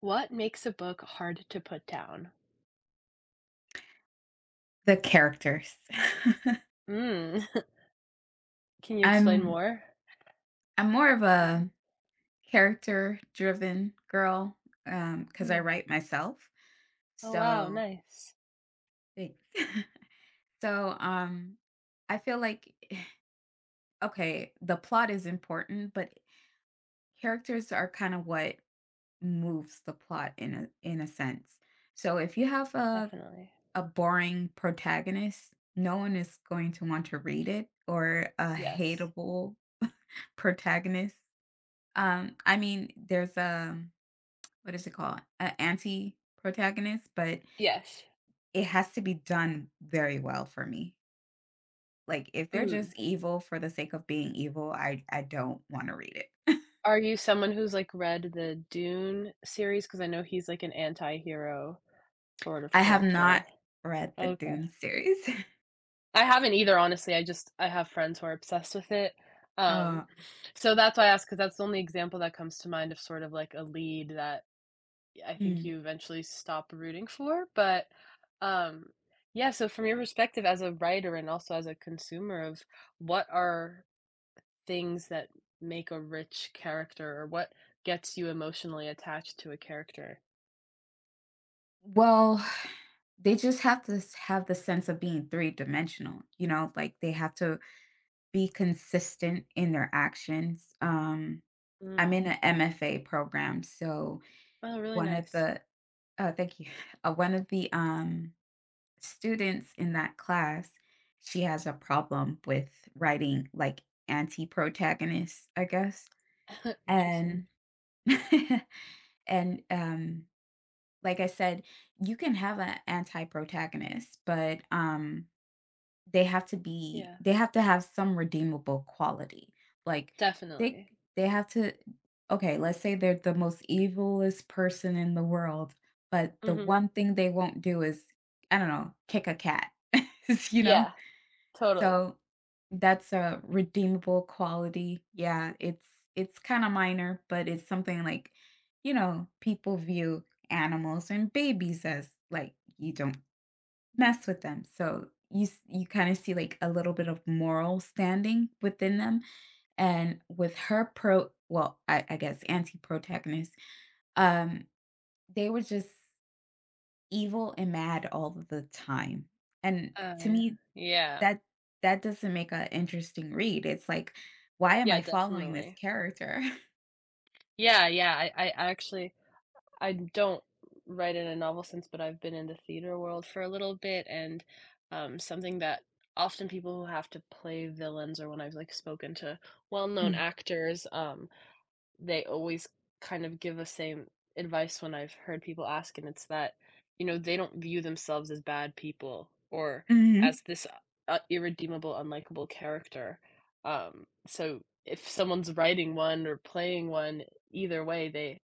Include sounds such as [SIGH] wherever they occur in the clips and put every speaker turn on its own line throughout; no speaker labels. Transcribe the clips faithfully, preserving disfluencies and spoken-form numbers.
What makes a book hard to put down?
The characters.
Mm. [LAUGHS] Can
[LAUGHS]
you explain
I'm
more?
I'm more of
Yeah.
a character-driven girl, um because I
Mm.
write myself.
Oh, wow,
So
nice.
thanks. [LAUGHS] so, um, I feel like [SIGHS] okay, the plot is important, but characters are kind of what moves the plot in a in a sense. So if you have a
Definitely.
a boring protagonist, no one is going to want to read it, or a
Yes.
hateable [LAUGHS] protagonist. Um, I mean, there's a what is it called? An anti-protagonist, but
Yes.
it has to be done very well for me. Like if they're
Mm.
just evil for the sake of being evil, I I don't want to read it.
Are you someone who's, like, read the Dune series? Because I know he's, like, an anti-hero sort
[LAUGHS]
of
I have not
character.
read the
Okay.
Dune series. [LAUGHS]
I haven't either, honestly, I just I have friends who are obsessed with it. Um,
Uh,
so that's why I asked, because that's the only example that comes to mind of sort of, like, a lead that I think
mm.
you eventually stop rooting for, but, um, yeah, so from your perspective as a writer and also as a consumer of what are things that make a rich character or what gets you emotionally attached to a character?
Well, they just have to s- have the sense of being three-dimensional, you know, like they have to be consistent in their actions. Um, I'm
Mm.
in an M F A program, so
Oh, really
one of
nice.
the oh, thank you. Uh, one of the, um, students in that class, she has a problem with writing, like, anti-protagonists, I guess,
[LAUGHS] Interesting.
and [LAUGHS] and, um, like I said, you can have an anti-protagonist, but, um they have to be
Yeah,
they have to have some redeemable quality. Like, they
definitely.
they have to okay, let's say they're the most evilest person in the world, but the
Mhm.
one thing they won't do is, I don't know, kick a cat, [LAUGHS] you know?
Yeah, totally.
So, that's a redeemable quality. Yeah, it's it's kinda minor, but it's something like, you know, people view animals and babies as, like, you don't mess with them. So you s- you kind of see like a little bit of moral standing within them. And with her pro, well, I, I guess anti-protagonist, um, they were just evil and mad all of the time. And
Oh,
to
yeah.
me,
Yeah.
that that doesn't make an interesting read. It's like, why am
Yeah,
I following this
definitely.
character? [LAUGHS]
Yeah, yeah, I I actually I don't write in a novel sense, but I've been in the theater world for a little bit, and um, something that often people who have to play villains, or when I've like spoken to well-known
Mm,
actors, um, they always kind of give the same advice when I've heard people ask, and it's that you know they don't view themselves as bad people or
mhm.
as this uh, irredeemable, unlikable character. Um, so if someone's writing one or playing one, either way, they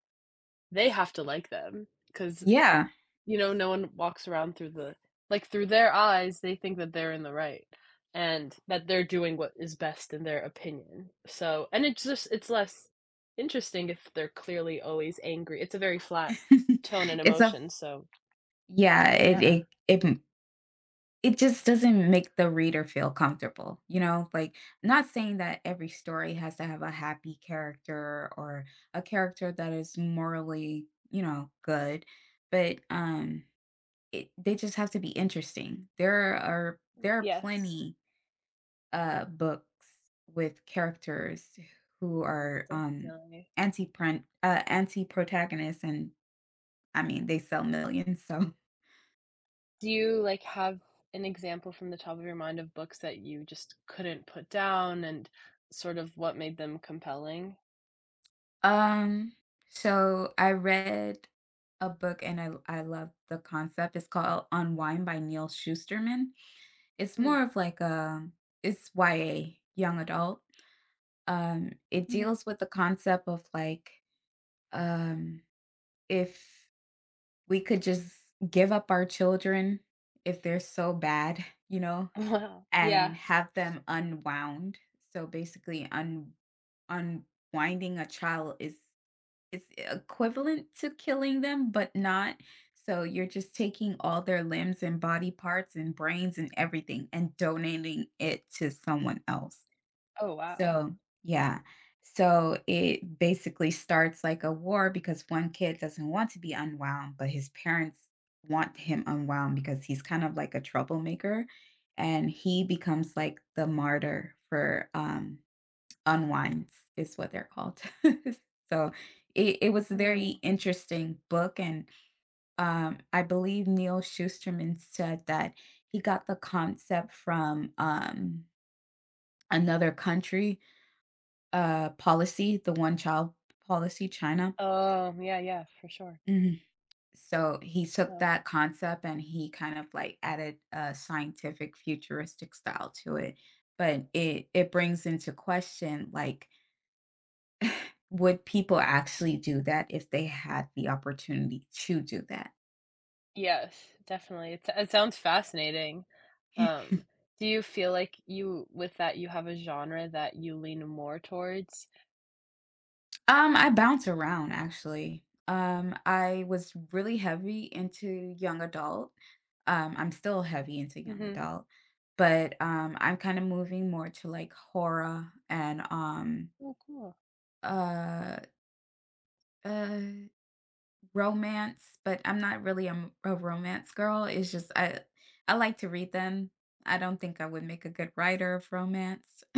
they have to like them, cause
Yeah,
you know, no one walks around through the like, through their eyes, they think that they're in the right, and that they're doing what is best in their opinion, so and it's just it's less interesting if they're clearly always angry, it's a very flat tone
[LAUGHS]
and
it's a f-
emotion, so
yeah. It
yeah.
it it it just doesn't make the reader feel comfortable, you know? Like, not saying that every story has to have a happy character or a character that is morally, you know, good, but um it, they just have to be interesting. There are there are
Yes,
plenty uh books with characters who are um
definitely.
anti print uh anti protagonists, and I mean they sell millions. So
Do you, like, have an example from the top of your mind of books that you just couldn't put down and sort of what made them compelling?
um so I read a book, and I I love the concept. It's called Unwind by Neil Shusterman. It's
Mm,
more of like a it's Y A, young adult. Um, it
mhm.
deals with the concept of like um if we could just give up our children if they're so bad, you know,
[LAUGHS] Wow,
and
yeah.
have them unwound. So basically un unwinding a child is it's equivalent to killing them, but not. So you're just taking all their limbs and body parts and brains and everything and donating it to someone else.
Oh, wow.
So, yeah. So it basically starts like a war because one kid doesn't want to be unwound, but his parents want him unwound because he's kind of like a troublemaker, and he becomes like the martyr for um Unwinds is what they're called. [LAUGHS] So it it was a very
Mm.
interesting book, and, um, I believe Neil Shusterman said that he got the concept from, um, another country, uh, policy, the one-child policy, China.
Oh, yeah, yeah, for sure.
Mhm. So he took
Oh.
that concept, and he kind of, like, added a scientific futuristic style to it, but it it brings into question, like, would people actually do that if they had the opportunity to do that? [LAUGHS]
Yes, definitely. It it sounds fascinating. Um, do you feel like you with that, you have a genre that you lean more towards?
Um, I bounce around actually. Um, I was really heavy into young adult. Um, I'm still heavy into young
Mhm.
adult, but um, I'm kind of moving more to like horror and um,
Oh, cool.
uh, uh, romance. But I'm not really a, m- a romance girl. It's just I I like to read them. I don't think I would make a good writer of romance. [LAUGHS]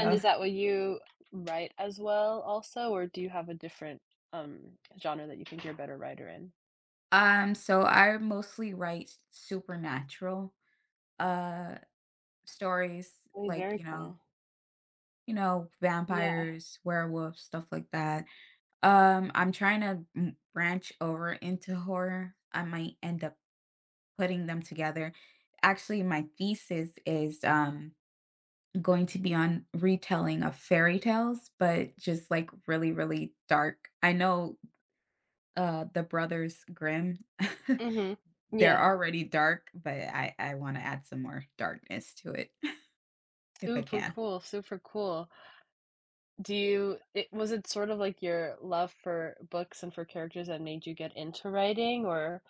And is that what you write as well also, or do you have a different, um, genre that you think you're a better writer in?
Um, so I mostly write supernatural uh stories
Oh,
like,
very
you know,
cool.
you know,
Yeah.
vampires, werewolves, stuff like that. Um, I'm trying to m- branch over into horror. I might end up putting them together. Actually, my thesis is um going to be on retelling of fairy tales, but just like really, really dark. I know uh the Brothers Grimm [LAUGHS]
Mhm.
they're
Yeah.
already dark, but I I wanna add some more darkness to it [LAUGHS] if I
Super
can.
cool, super cool. Do you It was it sort of like your love for books and for characters that made you get into writing, or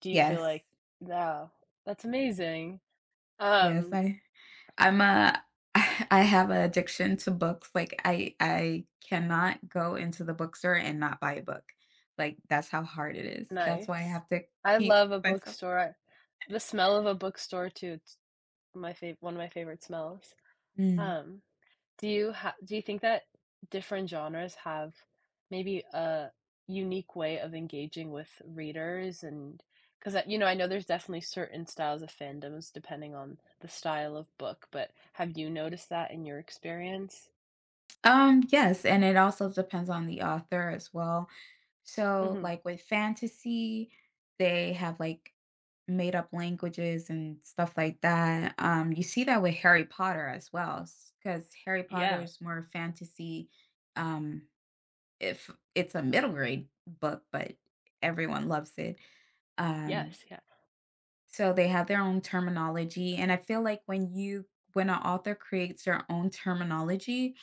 do you feel
Yes.
like, "Wow, that's amazing."
Yes,
Um,
I I'm a [LAUGHS] I have an addiction to books, like, I I cannot go into the bookstore and not buy a book. Like, that's how hard it is. That's why I
nice.
have to
I
keep
love a
myself
bookstore. I The smell of a bookstore too, it's my fav one of my favorite smells.
mm.
Um, do you ha do you think that different genres have maybe a unique way of engaging with readers and because you know I know there's definitely certain styles of fandoms depending on the style of book, but have you noticed that in your experience?
Um, yes, and it also depends on the author as well. So,
Hmm.
like with fantasy, they have like made up languages and stuff like that. Um, you see that with Harry Potter as well, because Harry Potter
Yeah.
is more fantasy. Um, if it's a middle grade book, but everyone loves it. Um,
Yes. Yeah.
so they have their own terminology, and I feel like when you when an author creates their own terminology,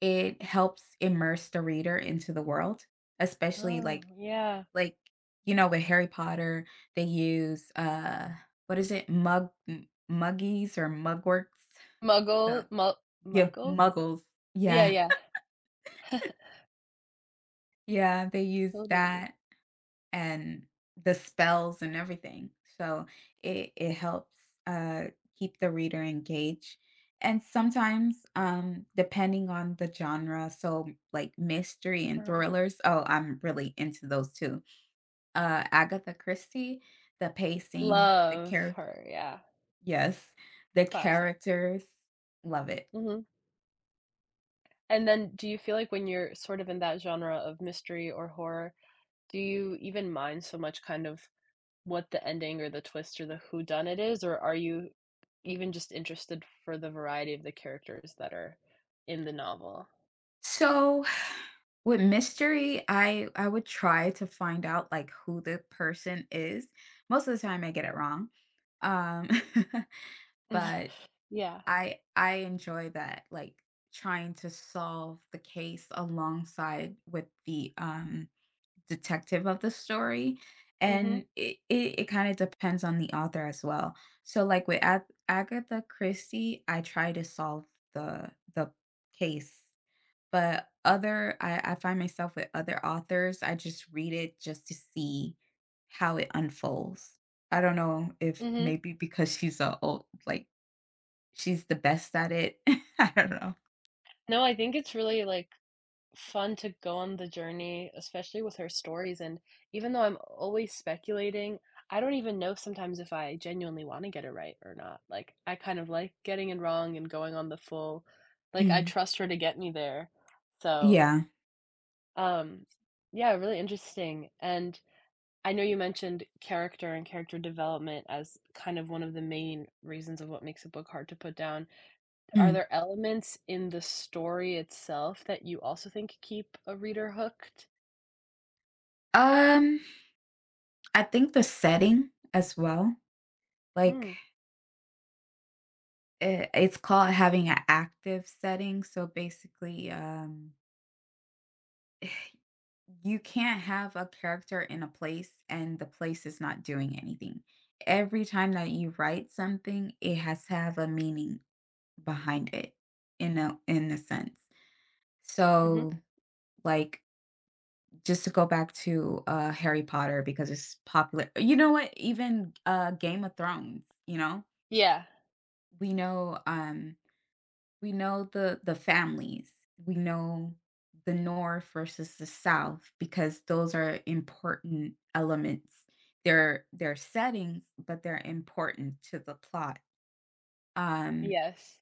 it helps immerse the reader into the world, especially
Oh,
like
yeah.
like you know with Harry Potter they use uh what is it mug m- muggies or mugworks
Muggle,
so
mu
yeah
Muggles?
muggles
Yeah,
yeah
yeah. [LAUGHS]
yeah they use that
Totally.
and the spells and everything so it, it helps uh keep the reader engaged. And sometimes um depending on the genre, so like mystery and
Uh-huh.
thrillers, oh I'm really into those too. uh Agatha Christie, the pacing, the
Love
character
her. Yeah.
yes, the
Classic.
characters, love it.
Mhm. And then do you feel like when you're sort of in that genre of mystery or horror, do you even mind so much kind of what the ending or the twist or the who done it is, or are you even just interested for the variety of the characters that are in the novel?
So, [SIGHS] with mystery, I I would try to find out like who the person is. Most of the time I get it wrong. Um [LAUGHS] but
[LAUGHS] Yeah.
I I enjoy that like trying to solve the case alongside with the um detective of the story,
Mhm.
and it it, it kind of depends on the author as well. So like with Ag- Agatha Christie, I try to solve the the case. But other I, I find myself with other authors, I just read it just to see how it unfolds. I don't know if
Mhm.
maybe because she's a old like she's the best at it. [LAUGHS] I don't know.
No, I think it's really, like, fun to go on the journey, especially with her stories, and even though I'm always speculating, I don't even know sometimes if I genuinely wanna get it right or not, like, I kind of like getting it wrong and going on the full like, I
Mm,
trust her to get me there, so,
yeah.
um, yeah, really interesting, and I know you mentioned character and character development as kind of one of the main reasons of what makes a book hard to put down. Are
Mm.
there elements in the story itself that you also think keep a reader hooked?
Um, I think the setting as well. Like
Mm,
I it's called having an active setting, so basically, um, [SIGHS] you can't have a character in a place and the place is not doing anything. Every time that you write something, it has to have a meaning behind it, in a in a sense.
mhm.
So, like, just to go back to, uh, Harry Potter because it's popular, you know what? Even, uh, Game of Thrones, you know?
Yeah.
We know, um we know the the families. We know the North versus the South because those are important elements. They're they're settings, but they're important to the plot. Um,
Yes.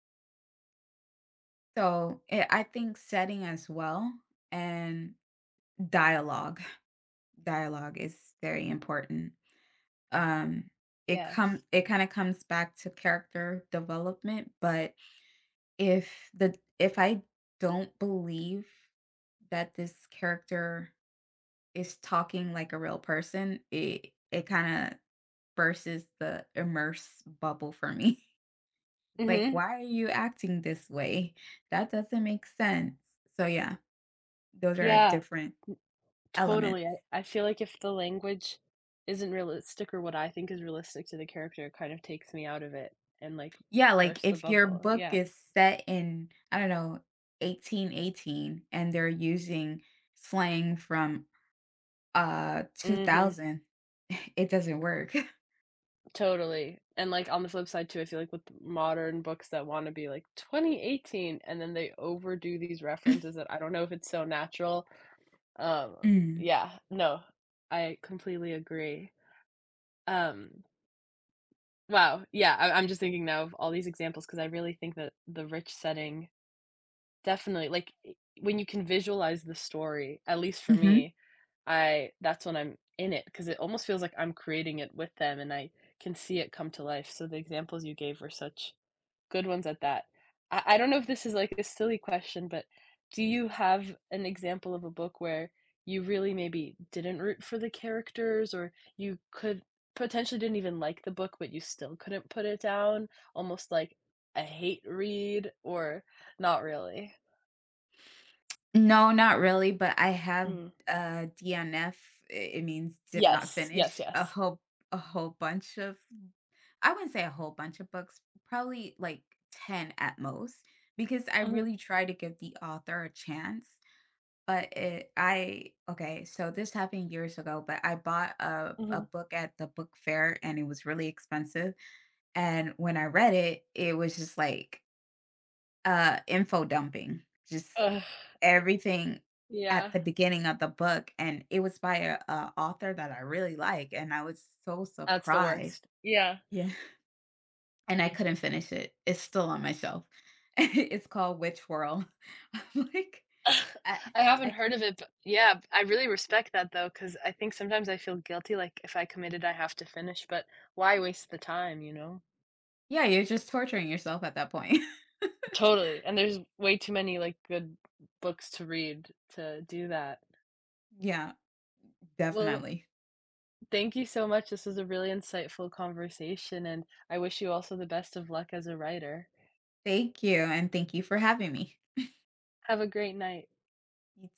so it, I think setting as well and dialogue. [LAUGHS] Dialogue is very important. Um, it come
Yes.
it kind of comes back to character development, but if the if I don't believe that this character is talking like a real person, it it kinda bursts the immerse bubble for me. [LAUGHS] It's like,
Mhm.
why are you acting this way? That doesn't make sense. So yeah, those are
Yeah,
different elements.
totally. I I feel like if the language isn't realistic or what I think is realistic to the character, it kind of takes me out of it and, like,
Yeah, like
bursts the
if your
bubble.
book
Yeah.
is set in, I don't know, eighteen eighteen and they're using slang from uh
Mhm.
two thousand, [LAUGHS] it doesn't work. [LAUGHS]
Totally. And, like, on the flip side too, I feel like with modern books that wanna be like twenty eighteen and then they overdo these references that I don't know if it's so natural. Um,
Mm,
yeah, no, I completely agree. Um. Wow, yeah, I I'm just thinking now of all these examples because I really think that the rich setting definitely like, I when you can visualize the story, at least for
mhm.
me, I that's when I'm in it because it almost feels like I'm creating it with them and I can see it come to life, so the examples you gave were such good ones at that. I I don't know if this is, like, a silly question, but do you have an example of a book where you really maybe didn't root for the characters or you could potentially didn't even like the book, but you still couldn't put it down? Almost like a hate read or not really?
No, not really, but I have,
Mm.
uh, D N F, it means did not
Yes, yes,
finish a
yes.
whole a whole bunch of I wouldn't say a whole bunch of books, probably like ten at most, because I
Mhm,
really try to give the author a chance, but it I okay, so this happened years ago, but I bought a a
mhm.
book at the book fair, and it was really expensive, and when I read it, it was just like, uh, info dumping, just
Ugh,
everything at
yeah,
the beginning of the book, and it was by a, a author that I really like, and I was so
that's the
surprised.
worst. Yeah.
Yeah. And I couldn't finish it. It's still on my shelf. [LAUGHS] It's called Witch Whirl. [LAUGHS] I'm like, I,
I haven't
I can't.
heard of it, but yeah, I really respect that though, because I think sometimes I feel guilty, like if I committed, I have to finish, but why waste the time, you know?
Yeah, you're just torturing yourself at that point.
Totally. And there's way too many like good books to read to do that.
[LAUGHS] Yeah,
Well,
definitely.
thank you so much. This was a really insightful conversation, and I wish you also the best of luck as a writer.
Thank you, and thank you for having me.
Have a great night.
You too.